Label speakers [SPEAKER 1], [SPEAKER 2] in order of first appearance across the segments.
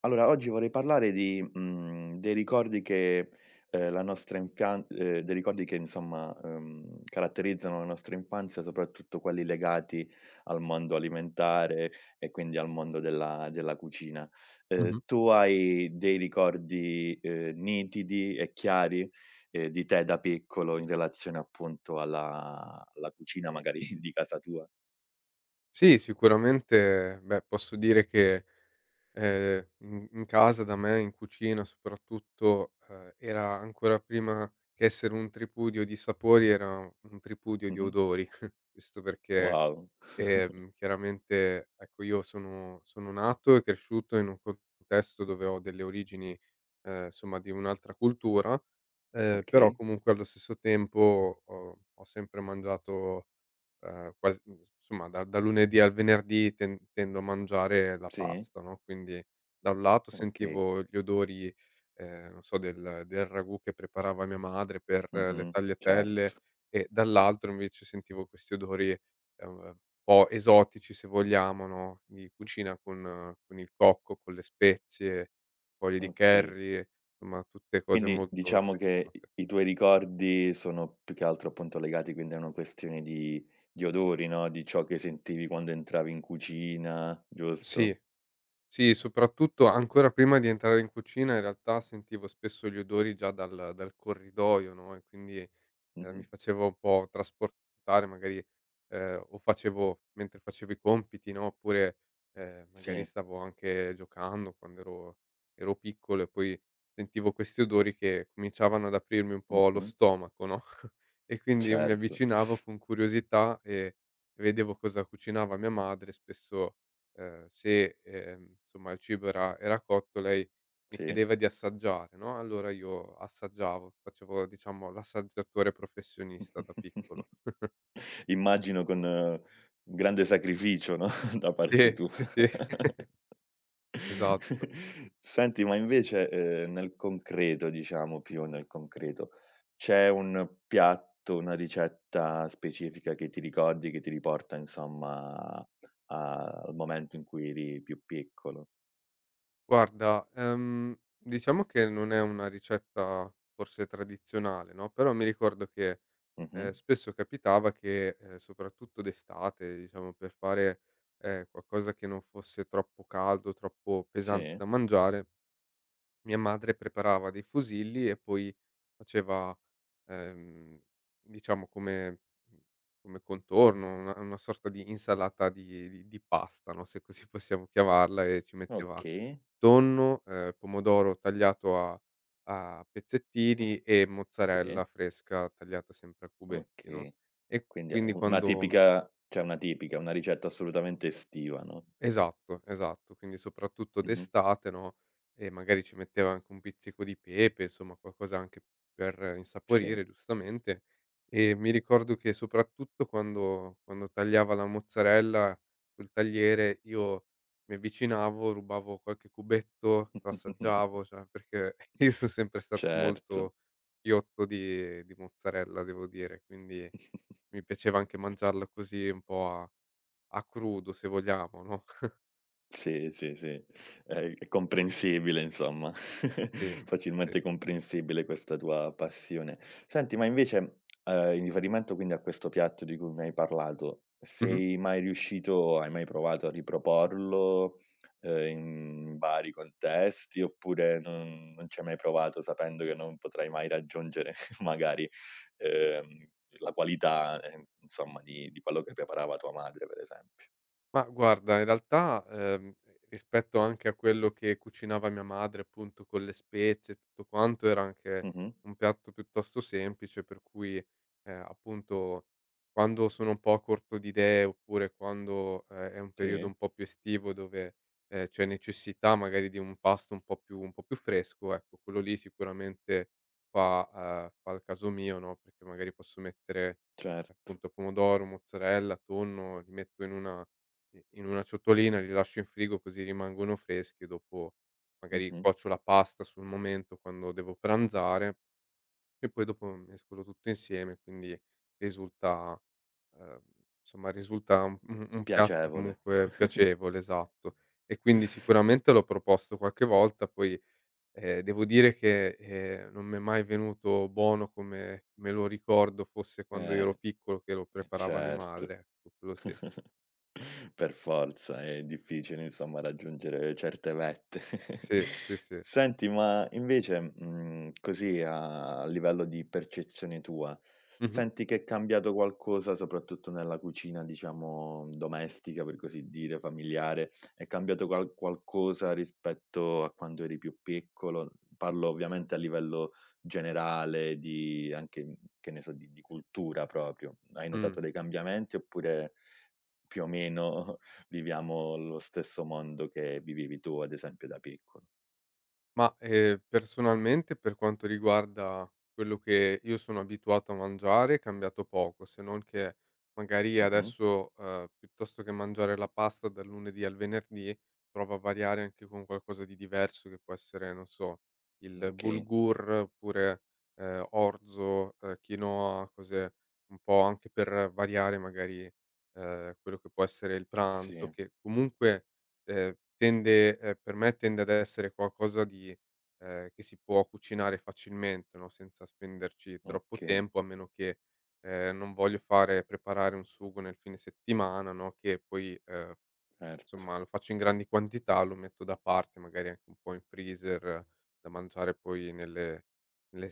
[SPEAKER 1] Allora, oggi vorrei parlare di dei ricordi che, la nostra infia dei ricordi che insomma, caratterizzano la nostra infanzia, soprattutto quelli legati al mondo alimentare e quindi al mondo della cucina. Ehm,
[SPEAKER 2] Mh-mh.
[SPEAKER 1] tu hai dei ricordi, nitidi e chiari, di te da piccolo in relazione appunto alla cucina magari di casa tua?
[SPEAKER 2] Sì, sicuramente, beh, posso dire che, in casa da me, in cucina soprattutto, era ancora prima che essere un tripudio di sapori, era un tripudio di
[SPEAKER 1] Mh-mh.
[SPEAKER 2] odori. Questo perché,
[SPEAKER 1] Wow.
[SPEAKER 2] chiaramente, ecco, io sono nato e cresciuto in un contesto dove ho delle origini, insomma, di un'altra cultura, però
[SPEAKER 1] Okay,
[SPEAKER 2] comunque allo stesso tempo ho sempre mangiato quasi insomma da lunedì al venerdì tendo a mangiare la
[SPEAKER 1] sì,
[SPEAKER 2] pasta, no, quindi da un lato
[SPEAKER 1] okay.
[SPEAKER 2] sentivo gli odori, non so del ragù che preparava mia madre per le
[SPEAKER 1] Mh-mh,
[SPEAKER 2] tagliatelle,
[SPEAKER 1] certo,
[SPEAKER 2] e dall'altro invece sentivo questi odori, un po' esotici se vogliamo, no, di cucina con il cocco, con le spezie, foglie di
[SPEAKER 1] okay.
[SPEAKER 2] curry, insomma tutte cose
[SPEAKER 1] Quindi
[SPEAKER 2] molto
[SPEAKER 1] diciamo che i
[SPEAKER 2] speziate.
[SPEAKER 1] i tuoi ricordi sono più che altro appunto legati quindi a una questione di odori, no, di ciò che sentivi quando entravi in cucina,
[SPEAKER 2] Sì.
[SPEAKER 1] giusto?
[SPEAKER 2] Sì, soprattutto ancora prima di entrare in cucina in realtà sentivo spesso gli odori già dal corridoio, no, e quindi mi
[SPEAKER 1] Mh-mh.
[SPEAKER 2] facevo un po' trasportare magari, o facevo mentre facevo i compiti, no, oppure, magari
[SPEAKER 1] Sì,
[SPEAKER 2] stavo anche giocando quando ero piccolo e poi sentivo questi odori che cominciavano ad aprirmi un po' lo
[SPEAKER 1] mh-mh,
[SPEAKER 2] stomaco, no. E quindi io mi
[SPEAKER 1] certo,
[SPEAKER 2] avvicinavo con curiosità e vedevo cosa cucinava mia madre. Spesso, se, insomma il cibo era cotto, lei mi
[SPEAKER 1] sì.
[SPEAKER 2] chiedeva di assaggiare, no, allora io assaggiavo, facevo diciamo l'assaggiatore professionista da piccolo.
[SPEAKER 1] Immagino con grande sacrificio, no, da parte
[SPEAKER 2] Sì,
[SPEAKER 1] tua.
[SPEAKER 2] sì, sì, esatto.
[SPEAKER 1] Senti, ma invece, nel concreto, diciamo, più nel concreto, c'è un piatto, una ricetta specifica che ti ricordi, che ti riporta insomma a al momento in cui eri più piccolo?
[SPEAKER 2] Guarda, diciamo che non è una ricetta forse tradizionale, no, però mi ricordo che,
[SPEAKER 1] Mh-mh.
[SPEAKER 2] spesso capitava che, soprattutto d'estate, diciamo per fare, qualcosa che non fosse troppo caldo, troppo pesante
[SPEAKER 1] Sì,
[SPEAKER 2] da mangiare. Mia madre preparava dei fusilli e poi faceva, ehm, diciamo come come contorno, una sorta di insalata di pasta, no, se così possiamo chiamarla, e ci metteva
[SPEAKER 1] okay,
[SPEAKER 2] tonno, pomodoro tagliato a pezzettini e mozzarella
[SPEAKER 1] sì,
[SPEAKER 2] fresca tagliata sempre a cubetti, no,
[SPEAKER 1] okay.
[SPEAKER 2] e
[SPEAKER 1] Quindi è
[SPEAKER 2] quindi
[SPEAKER 1] u una
[SPEAKER 2] quando...
[SPEAKER 1] tipica cioè una tipica, una ricetta assolutamente estiva, no,
[SPEAKER 2] Esatto, esatto. Quindi soprattutto
[SPEAKER 1] mh-mh,
[SPEAKER 2] d'estate, no, e magari ci metteva anche un pizzico di pepe, insomma qualcosa anche per
[SPEAKER 1] sì.
[SPEAKER 2] insaporire giustamente. E mi ricordo che soprattutto quando tagliava la mozzarella col tagliere, io mi avvicinavo, rubavo qualche cubetto, lo assaggiavo, cioè perché io son sempre stato
[SPEAKER 1] Certo.
[SPEAKER 2] molto ghiotto di mozzarella, devo dire, quindi mi piaceva anche mangiarla così un po' a crudo se vogliamo, no?
[SPEAKER 1] Sì, sì, sì, è comprensibile insomma,
[SPEAKER 2] Sì, sì, sì.
[SPEAKER 1] facilmente comprensibile questa tua passione. Senti, ma invece, in riferimento quindi a questo piatto di cui mi hai parlato,
[SPEAKER 2] Mh-mh.
[SPEAKER 1] sei mai riuscito hai mai provato a riproporlo, in vari contesti, oppure non non ci hai mai provato sapendo che non potrai mai raggiungere magari, ehm, la qualità, insomma di quello che preparava tua madre per esempio?
[SPEAKER 2] Ma guarda, in realtà, rispetto anche a quello che cucinava mia madre, appunto, con le spezie e tutto quanto, era anche
[SPEAKER 1] Mh-mh.
[SPEAKER 2] un piatto piuttosto semplice, per cui, appunto, quando sono un po' corto di idee, oppure quando, è un periodo
[SPEAKER 1] Sì,
[SPEAKER 2] un po' più estivo dove, c'è necessità magari di un pasto un po' più fresco, ecco, quello lì sicuramente fa... fa il caso mio, no, perché magari posso mettere,
[SPEAKER 1] cer
[SPEAKER 2] appunto, pomodoro, mozzarella, tonno, li metto in una... i in una ciotolina, li lascio in frigo così rimangono freschi e dopo magari
[SPEAKER 1] Mh-mh.
[SPEAKER 2] cuocio la pasta sul momento quando devo pranzare, e poi dopo mescolo tutto insieme, quindi risulta... ehm, insomma risulta un piatto
[SPEAKER 1] Piacevole.
[SPEAKER 2] comunque piacevole, esatto. E quindi sicuramente l'ho proposto qualche volta, poi, devo dire che, non m'è mai venuto buono come me lo ricordo fosse quando ero
[SPEAKER 1] Eh,
[SPEAKER 2] piccolo, che lo preparava mia madre,
[SPEAKER 1] certo.
[SPEAKER 2] ecco, quello sì.
[SPEAKER 1] Per forza, è difficile insomma raggiungere certe vette.
[SPEAKER 2] Sì, sì, sì.
[SPEAKER 1] Senti, ma invece, così a a livello di percezione tua,
[SPEAKER 2] Mh-mh.
[SPEAKER 1] senti che è cambiato qualcosa soprattutto nella cucina, diciamo, domestica, per così dire, familiare? È cambiato qual qualcosa rispetto a quando eri più piccolo? Parlo ovviamente a livello generale di anche, che ne so, di cultura proprio. Hai
[SPEAKER 2] Mh.
[SPEAKER 1] notato dei cambiamenti oppure più o meno viviamo lo stesso mondo che vivevi tu, ad esempio, da piccolo.
[SPEAKER 2] Ma, personalmente per quanto riguarda quello che io sono abituato a mangiare, è cambiato poco, se non che magari
[SPEAKER 1] Mh-mh.
[SPEAKER 2] adesso, piuttosto che mangiare la pasta dal lunedì al venerdì, provo a variare anche con qualcosa di diverso che può essere, non so, il
[SPEAKER 1] Okay,
[SPEAKER 2] bulgur oppure, orzo, quinoa, cose un po' anche per variare magari, quello che può essere il pranzo,
[SPEAKER 1] sì,
[SPEAKER 2] che comunque tende, per me, tende ad essere qualcosa di... che si può cucinare facilmente, no, senza spenderci troppo
[SPEAKER 1] okay,
[SPEAKER 2] tempo, a meno che, non voglio fare preparare un sugo nel fine settimana, no, che poi,
[SPEAKER 1] certo.
[SPEAKER 2] insomma lo faccio in grandi quantità, lo metto da parte, magari anche un po' in freezer, da mangiare poi nelle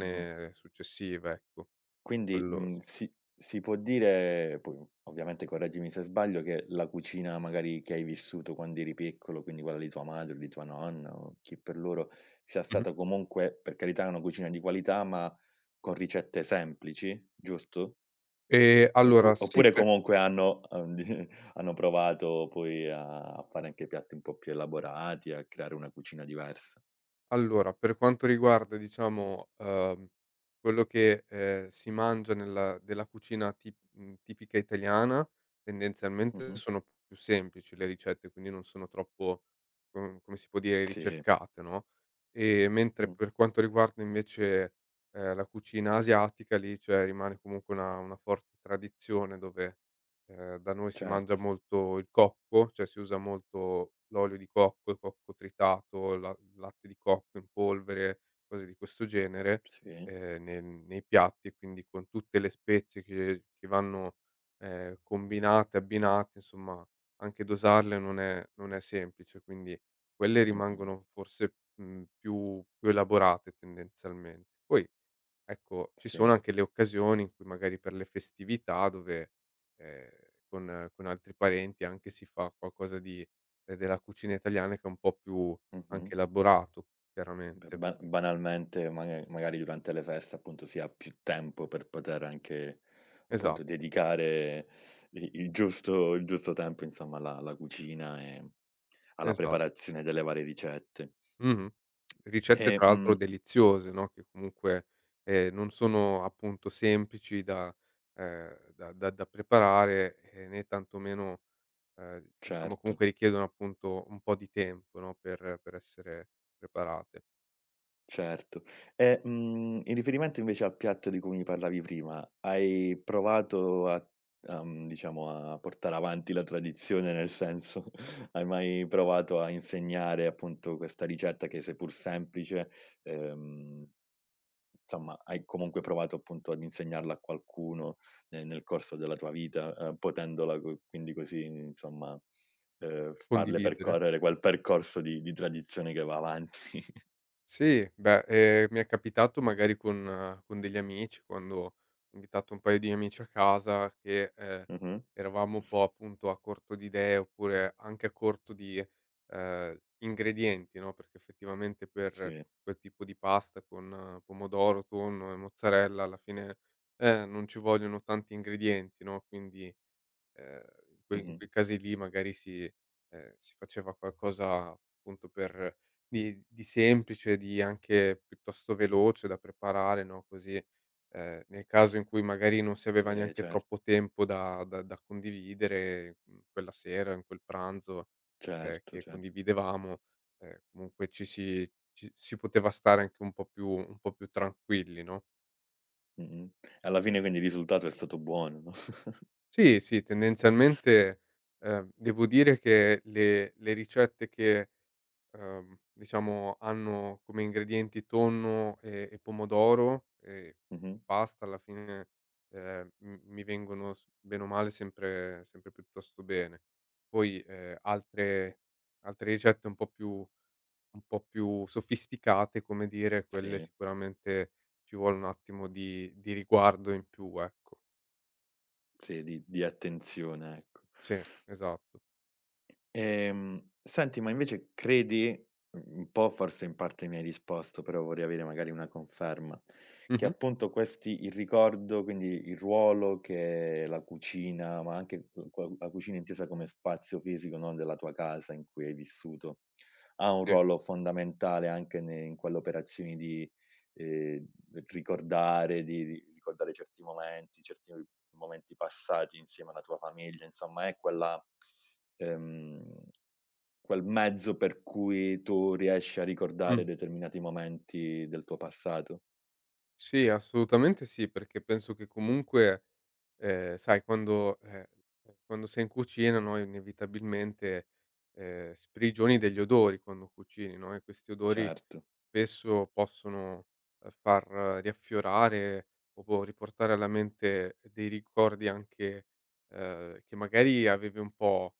[SPEAKER 1] Mh-mh.
[SPEAKER 2] successive, ecco.
[SPEAKER 1] Quindi,
[SPEAKER 2] Quello sì.
[SPEAKER 1] si si può dire, poi ovviamente correggimi se sbaglio, che la cucina magari che hai vissuto quando eri piccolo, quindi quella di tua madre o di tua nonna o chi per loro, sia
[SPEAKER 2] Mh-mh.
[SPEAKER 1] stata comunque, per carità, una cucina di qualità, ma con ricette semplici, giusto?
[SPEAKER 2] Ehm, allora
[SPEAKER 1] Oppu
[SPEAKER 2] sì,
[SPEAKER 1] oppure
[SPEAKER 2] per
[SPEAKER 1] comunque hanno di hanno provato poi a fare anche piatti un po' più elaborati, a creare una cucina diversa.
[SPEAKER 2] Allora, per quanto riguarda diciamo, quello che, si mangia nella della cucina tipica italiana, tendenzialmente
[SPEAKER 1] Mh-mh.
[SPEAKER 2] sono più semplici le ricette, quindi non sono troppo, come si può dire,
[SPEAKER 1] Sì,
[SPEAKER 2] ricercate, no, mentre
[SPEAKER 1] mh,
[SPEAKER 2] per quanto riguarda invece, la cucina asiatica lì, cioè, rimane comunque una forte tradizione dove... da noi si mangia
[SPEAKER 1] certo,
[SPEAKER 2] molto il cocco, cioè si usa molto l'olio di cocco, il cocco tritato, la il latte di cocco in polvere, cose di questo genere,
[SPEAKER 1] sì,
[SPEAKER 2] ne nei piatti, e quindi con tutte le spezie che vanno, combinate, abbinate, insomma anche dosarle non è semplice, quindi quelle
[SPEAKER 1] mh-mh,
[SPEAKER 2] rimangono forse, più elaborate tendenzialmente. Poi Ecco, ci
[SPEAKER 1] sì,
[SPEAKER 2] sono anche le occasioni in cui magari per le festività dove, ehm, con altri parenti anche si fa qualcosa di... della cucina italiana, che è un po' più
[SPEAKER 1] mh-mh.
[SPEAKER 2] anche elaborato,
[SPEAKER 1] Beh,
[SPEAKER 2] chiaramente.
[SPEAKER 1] ba banalmente maga magari durante le feste appunto si ha più tempo per poter anche,
[SPEAKER 2] Esa
[SPEAKER 1] appunto, dedicare i il giusto tempo insomma alla cucina e alla
[SPEAKER 2] esa
[SPEAKER 1] preparazione delle varie ricette.
[SPEAKER 2] mh-mh. Ricette
[SPEAKER 1] E
[SPEAKER 2] tra l'altro deliziose, no, che comunque, non sono appunto semplici da... da preparare, né tantomeno, diciamo
[SPEAKER 1] certo.
[SPEAKER 2] comunque richiedono appunto un po' di tempo, no, per essere preparate.
[SPEAKER 1] Certo. E, in riferimento invece al piatto di cui mi parlavi prima, hai provato a a diciamo a portare avanti la tradizione, nel senso, hai mai provato a insegnare appunto questa ricetta che seppur semplice, ehm, insomma hai comunque provato appunto ad insegnarla a qualcuno ne nel corso della tua vita, potendola co quindi così insomma, farle
[SPEAKER 2] Condividere.
[SPEAKER 1] percorrere quel percorso di tradizione che va avanti.
[SPEAKER 2] Sì, beh, mi è capitato magari con degli amici, quando ho invitato un paio di amici a casa, che,
[SPEAKER 1] Mh-mh.
[SPEAKER 2] eravamo un po' appunto a corto di idee, oppure anche a corto di, ingredienti, no, perché effettivamente per
[SPEAKER 1] Sì.
[SPEAKER 2] quel tipo di pasta con pomodoro, tonno e mozzarella alla fine, non ci vogliono tanti ingredienti, no, quindi... Ehm, in quei in
[SPEAKER 1] Mh-mh.
[SPEAKER 2] quei casi lì magari si... si faceva qualcosa appunto per... di semplice, di anche piuttosto veloce da preparare, no, così, nel caso in cui magari non si aveva
[SPEAKER 1] Sì,
[SPEAKER 2] neanche
[SPEAKER 1] certo,
[SPEAKER 2] troppo tempo da condividere, quella sera, in quel pranzo,
[SPEAKER 1] certo,
[SPEAKER 2] che
[SPEAKER 1] certo.
[SPEAKER 2] condividevamo, comunque ci si poteva stare anche un po' più tranquilli, no?
[SPEAKER 1] Mh-mh. Alla fine quindi il risultato è stato buono, no,
[SPEAKER 2] Sì, sì, tendenzialmente, devo dire che le ricette che, diciamo hanno come ingredienti tonno e pomodoro e
[SPEAKER 1] mh-mh.
[SPEAKER 2] pasta alla fine, m mi vengono s bene o male sempre piuttosto bene. Poi, altre ricette un po' più sofisticate, come dire, quelle
[SPEAKER 1] Sì,
[SPEAKER 2] sicuramente ci vuole un attimo di riguardo in più, ecco.
[SPEAKER 1] sì, di attenzione, ecco.
[SPEAKER 2] Sì, esatto.
[SPEAKER 1] Senti, ma invece credi, un po' forse in parte mi hai risposto, però vorrei avere magari una conferma, che
[SPEAKER 2] Mh-mh,
[SPEAKER 1] appunto questi il ricordo, quindi il ruolo che la cucina, ma anche q qua la cucina intesa come spazio fisico, no, della tua casa in cui hai vissuto, ha un
[SPEAKER 2] sì.
[SPEAKER 1] ruolo fondamentale anche ne in quelle operazioni di, ehm, ricordare, di ricordare certi momenti passati insieme alla tua famiglia, insomma è quella ehm, quel mezzo per cui tu riesci a ricordare
[SPEAKER 2] Mh.
[SPEAKER 1] determinati momenti del tuo passato.
[SPEAKER 2] Sì, assolutamente sì, perché penso che comunque, sai quando quando sei in cucina, no, inevitabilmente, sprigioni degli odori quando cucini, no, e questi odori
[SPEAKER 1] Certo,
[SPEAKER 2] spesso possono, far riaffiorare o può riportare alla mente dei ricordi anche, che magari avevi un po'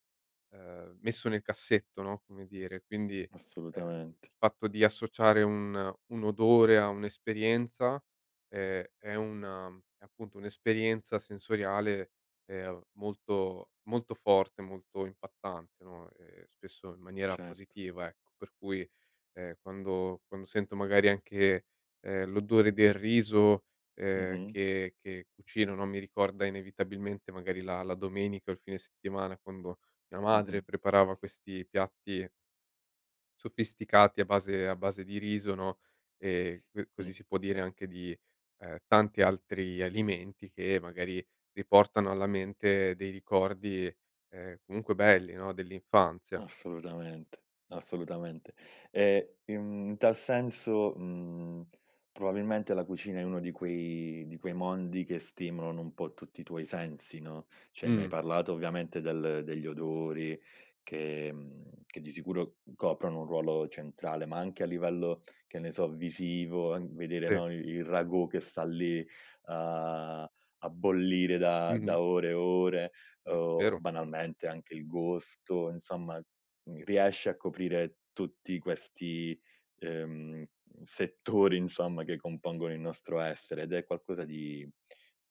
[SPEAKER 2] messo nel cassetto, no, come dire. Quindi,
[SPEAKER 1] assolutamente,
[SPEAKER 2] il fatto di associare un odore a un'esperienza, è una... è appunto un'esperienza sensoriale, molto forte, molto impattante, no, spesso in maniera
[SPEAKER 1] certo.
[SPEAKER 2] positiva, ecco. Per cui, quando sento magari anche, l'odore del riso,
[SPEAKER 1] Mh-mh,
[SPEAKER 2] che cucino, no, mi ricorda inevitabilmente magari la domenica o il fine settimana quando mia madre
[SPEAKER 1] mh-mh,
[SPEAKER 2] preparava questi piatti sofisticati a base di riso, no, c
[SPEAKER 1] mh,
[SPEAKER 2] così si può dire
[SPEAKER 1] sì.
[SPEAKER 2] anche di, tanti altri alimenti che magari riportano alla mente dei ricordi, comunque belli, no, dell'infanzia.
[SPEAKER 1] Assolutamente, assolutamente. E in tal senso, probabilmente la cucina è uno di quei mondi che stimolano un po' tutti i tuoi sensi, no, cioè mi hai
[SPEAKER 2] Mh,
[SPEAKER 1] parlato ovviamente del degli odori che che di sicuro coprono un ruolo centrale, ma anche a livello, che ne so, visivo, an vedere,
[SPEAKER 2] sì,
[SPEAKER 1] no, il ragù che sta lì a a bollire da
[SPEAKER 2] mh-mh,
[SPEAKER 1] da ore e ore
[SPEAKER 2] v
[SPEAKER 1] o
[SPEAKER 2] vero.
[SPEAKER 1] banalmente anche il Ghosto, insomma, riesce a coprire tutti questi, ehm, settori insomma che compongono il nostro essere ed è qualcosa di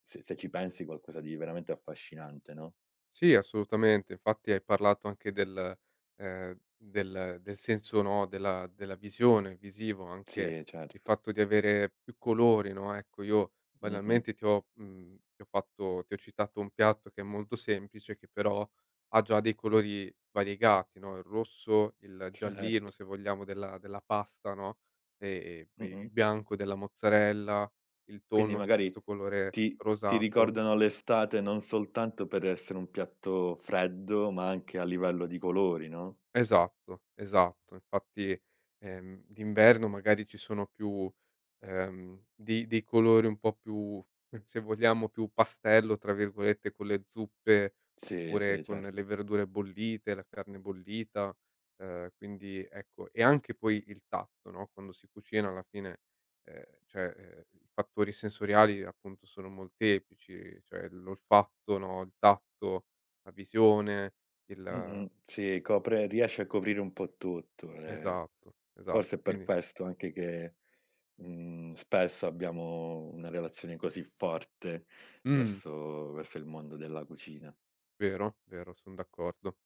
[SPEAKER 1] se se ci pensi qualcosa di veramente affascinante, no.
[SPEAKER 2] Sì, assolutamente. Infatti hai parlato anche del... del senso, no, della visione, visivo, anche
[SPEAKER 1] Sì,
[SPEAKER 2] il
[SPEAKER 1] certo.
[SPEAKER 2] fatto di avere più colori, no, ecco, io
[SPEAKER 1] Mh-mh.
[SPEAKER 2] banalmente ti ho... ti ho fatto ti ho citato un piatto che è molto semplice, che però ha già dei colori variegati, no, il rosso, il giallino
[SPEAKER 1] Certo.
[SPEAKER 2] se vogliamo della pasta, no, e il
[SPEAKER 1] Mh-mh.
[SPEAKER 2] bianco della mozzarella, il
[SPEAKER 1] Quindi
[SPEAKER 2] tonno che ha
[SPEAKER 1] magari
[SPEAKER 2] questo colore
[SPEAKER 1] ti ti
[SPEAKER 2] rosato.
[SPEAKER 1] ricordano l'estate non soltanto per essere un piatto freddo, ma anche a livello di colori, no?
[SPEAKER 2] Esatto, esatto. Infatti, d'inverno magari ci sono più, dei colori un po' più, se vogliamo, più "pastello" tra virgolette, con le zuppe,
[SPEAKER 1] Sì,
[SPEAKER 2] oppure
[SPEAKER 1] sì,
[SPEAKER 2] con le
[SPEAKER 1] certo.
[SPEAKER 2] verdure bollite, la carne bollita, quindi ecco, e anche poi il tatto, no, quando si cucina alla fine, cioè, i fattori sensoriali appunto sono molteplici, cioè l'olfatto, no, il tatto, la visione, il
[SPEAKER 1] Mh-mh. Sì, copre riesce a coprire un po' tutto,
[SPEAKER 2] Esatto,
[SPEAKER 1] forse
[SPEAKER 2] esatto.
[SPEAKER 1] è per
[SPEAKER 2] Quindi
[SPEAKER 1] questo anche che, spesso abbiamo una relazione così forte
[SPEAKER 2] mh,
[SPEAKER 1] verso verso il mondo della cucina.
[SPEAKER 2] vero, vero, son d'accordo.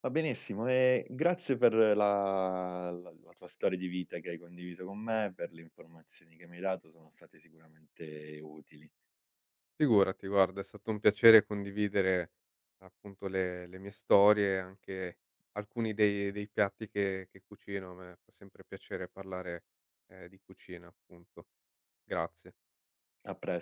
[SPEAKER 1] Va benissimo, grazie per la la la tua storia di vita che hai condiviso con me, per le informazioni che mi hai dato, sono state sicuramente utili.
[SPEAKER 2] Figurati, guarda, è stato un piacere condividere appunto le mie storie, anche alcuni dei piatti che cucino. A me fa sempre piacere parlare, di cucina appunto. Grazie.
[SPEAKER 1] A pres